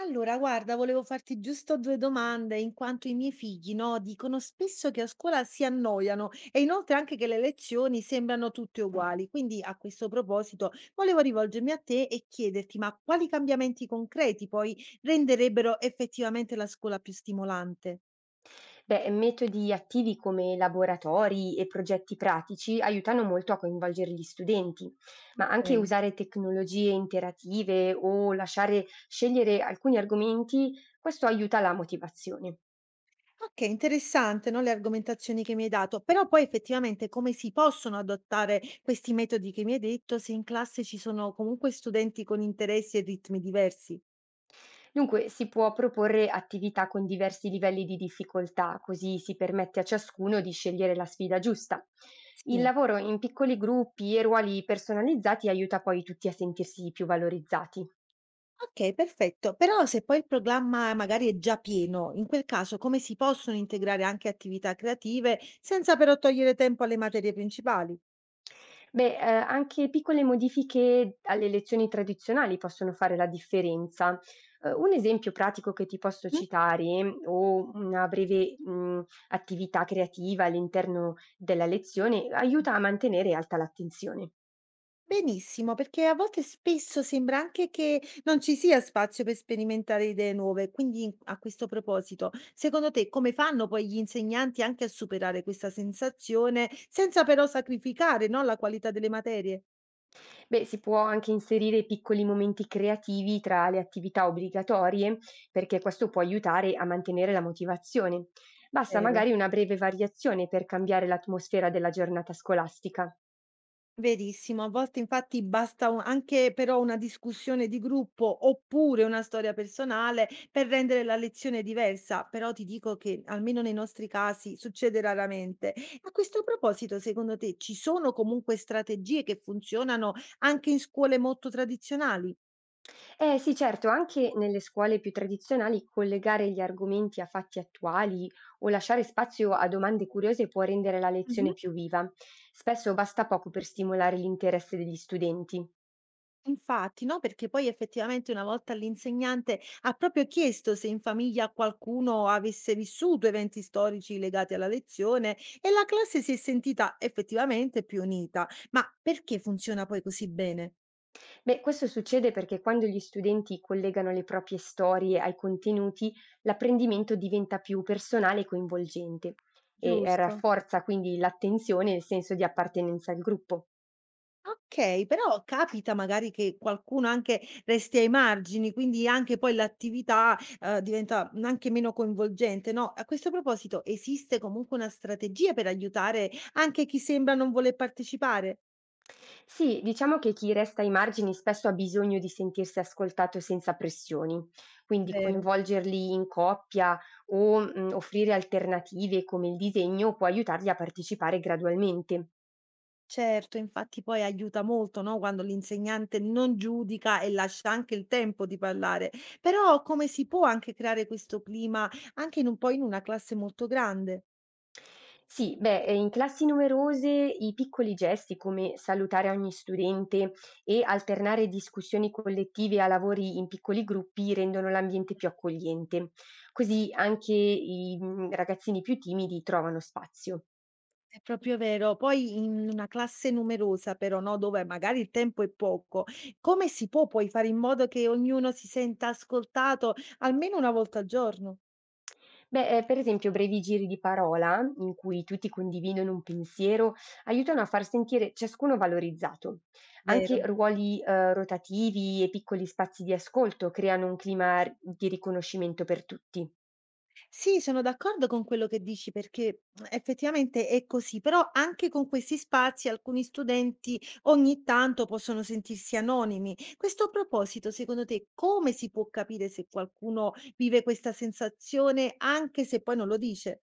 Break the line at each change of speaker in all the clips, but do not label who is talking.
Allora, guarda, volevo farti giusto due domande, in quanto i miei figli, no, dicono spesso che a scuola si annoiano e inoltre anche che le lezioni sembrano tutte uguali. Quindi, a questo proposito, volevo rivolgermi a te e chiederti, ma quali cambiamenti concreti poi renderebbero effettivamente la scuola più stimolante?
Beh, metodi attivi come laboratori e progetti pratici aiutano molto a coinvolgere gli studenti, ma anche
Ok.
usare tecnologie interative o lasciare scegliere alcuni argomenti, questo aiuta la motivazione.
Ok, interessante, no, le argomentazioni che mi hai dato, però poi effettivamente come si possono adottare questi metodi che mi hai detto se in classe ci sono comunque studenti con interessi e ritmi diversi?
Dunque, si può proporre attività con diversi livelli di difficoltà, così si permette a ciascuno di scegliere la sfida giusta. Il
Sì.
lavoro in piccoli gruppi e ruoli personalizzati aiuta poi tutti a sentirsi più valorizzati.
Okay, perfetto. Però se poi il programma magari è già pieno, in quel caso come si possono integrare anche attività creative senza però togliere tempo alle materie principali?
Beh, anche piccole modifiche alle lezioni tradizionali possono fare la differenza. Un esempio pratico che ti posso
Mh.
citare, o una breve, attività creativa all'interno della lezione aiuta a mantenere alta l'attenzione.
Benissimo, perché a volte spesso sembra anche che non ci sia spazio per sperimentare idee nuove. Quindi, a questo proposito, secondo te come fanno poi gli insegnanti anche a superare questa sensazione senza però sacrificare, no, la qualità delle materie?
Beh, si può anche inserire piccoli momenti creativi tra le attività obbligatorie, perché questo può aiutare a mantenere la motivazione. Basta
Vero.
magari una breve variazione per cambiare l'atmosfera della giornata scolastica.
Verissimo, a volte infatti basta u anche però una discussione di gruppo, oppure una storia personale per rendere la lezione diversa, però ti dico che, almeno nei nostri casi, succede raramente. A questo proposito, secondo te, ci sono comunque strategie che funzionano anche in scuole molto tradizionali?
Eh sì, certo, anche nelle scuole più tradizionali collegare gli argomenti a fatti attuali o lasciare spazio a domande curiose può rendere la
Mh-mh.
lezione più viva. Spesso basta poco per stimolare l'interesse degli studenti.
Infatti, no, perché poi effettivamente una volta l'insegnante ha proprio chiesto se in famiglia qualcuno avesse vissuto eventi storici legati alla lezione e la classe si è sentita effettivamente più unita. Ma perché funziona poi così bene?
Beh, questo succede perché quando gli studenti collegano le proprie storie ai contenuti, l'apprendimento diventa più personale e coinvolgente e
Giusto.
rafforza quindi l'attenzione e il senso di appartenenza al gruppo.
Ok, però capita magari che qualcuno anche resti ai margini, quindi anche poi l'attività diventa anche meno coinvolgente, no? A questo proposito, esiste comunque una strategia per aiutare anche chi sembra non voler partecipare?
Sì, diciamo che chi resta ai margini spesso ha bisogno di sentirsi ascoltato senza pressioni, quindi
Vero,
coinvolgerli in coppia o offrire alternative come il disegno può aiutarli a partecipare gradualmente.
certo, infatti poi aiuta molto, no, quando l'insegnante non giudica e lascia anche il tempo di parlare. Però come si può anche creare questo clima anche in un po' in una classe molto grande?
Sì, beh, in classi numerose i piccoli gesti come salutare ogni studente e alternare discussioni collettive a lavori in piccoli gruppi rendono l'ambiente più accogliente, così anche i ragazzini più timidi trovano spazio.
È proprio vero. Poi in una classe numerosa però, no, dove magari il tempo è poco, come si può poi fare in modo che ognuno si senta ascoltato almeno una volta al giorno?
Beh, per esempio brevi giri di parola, in cui tutti condividono un pensiero, aiutano a far sentire ciascuno valorizzato. Anche
Vero.
ruoli rotativi e piccoli spazi di ascolto creano un clima r di riconoscimento per tutti.
Sì, sono d'accordo con quello che dici perché effettivamente è così, però anche con questi spazi alcuni studenti ogni tanto possono sentirsi anonimi. Questo a proposito, secondo te, come si può capire se qualcuno vive questa sensazione anche se poi non lo dice?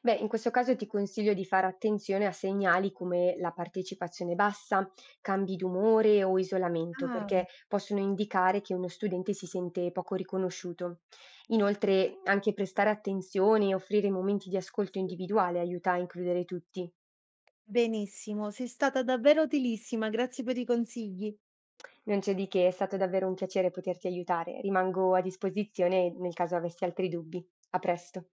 Beh, in questo caso ti consiglio di fare attenzione a segnali come la partecipazione bassa, cambi d'umore o isolamento,
Ah,
perché possono indicare che uno studente si sente poco riconosciuto. Inoltre, anche prestare attenzione e offrire momenti di ascolto
sì.
individuale aiuta a includere tutti.
Benissimo, sei stata davvero utilissima, grazie per i consigli.
Non c'è di che, è stato davvero un piacere poterti aiutare. Rimango a disposizione nel caso avessi altri dubbi. A presto.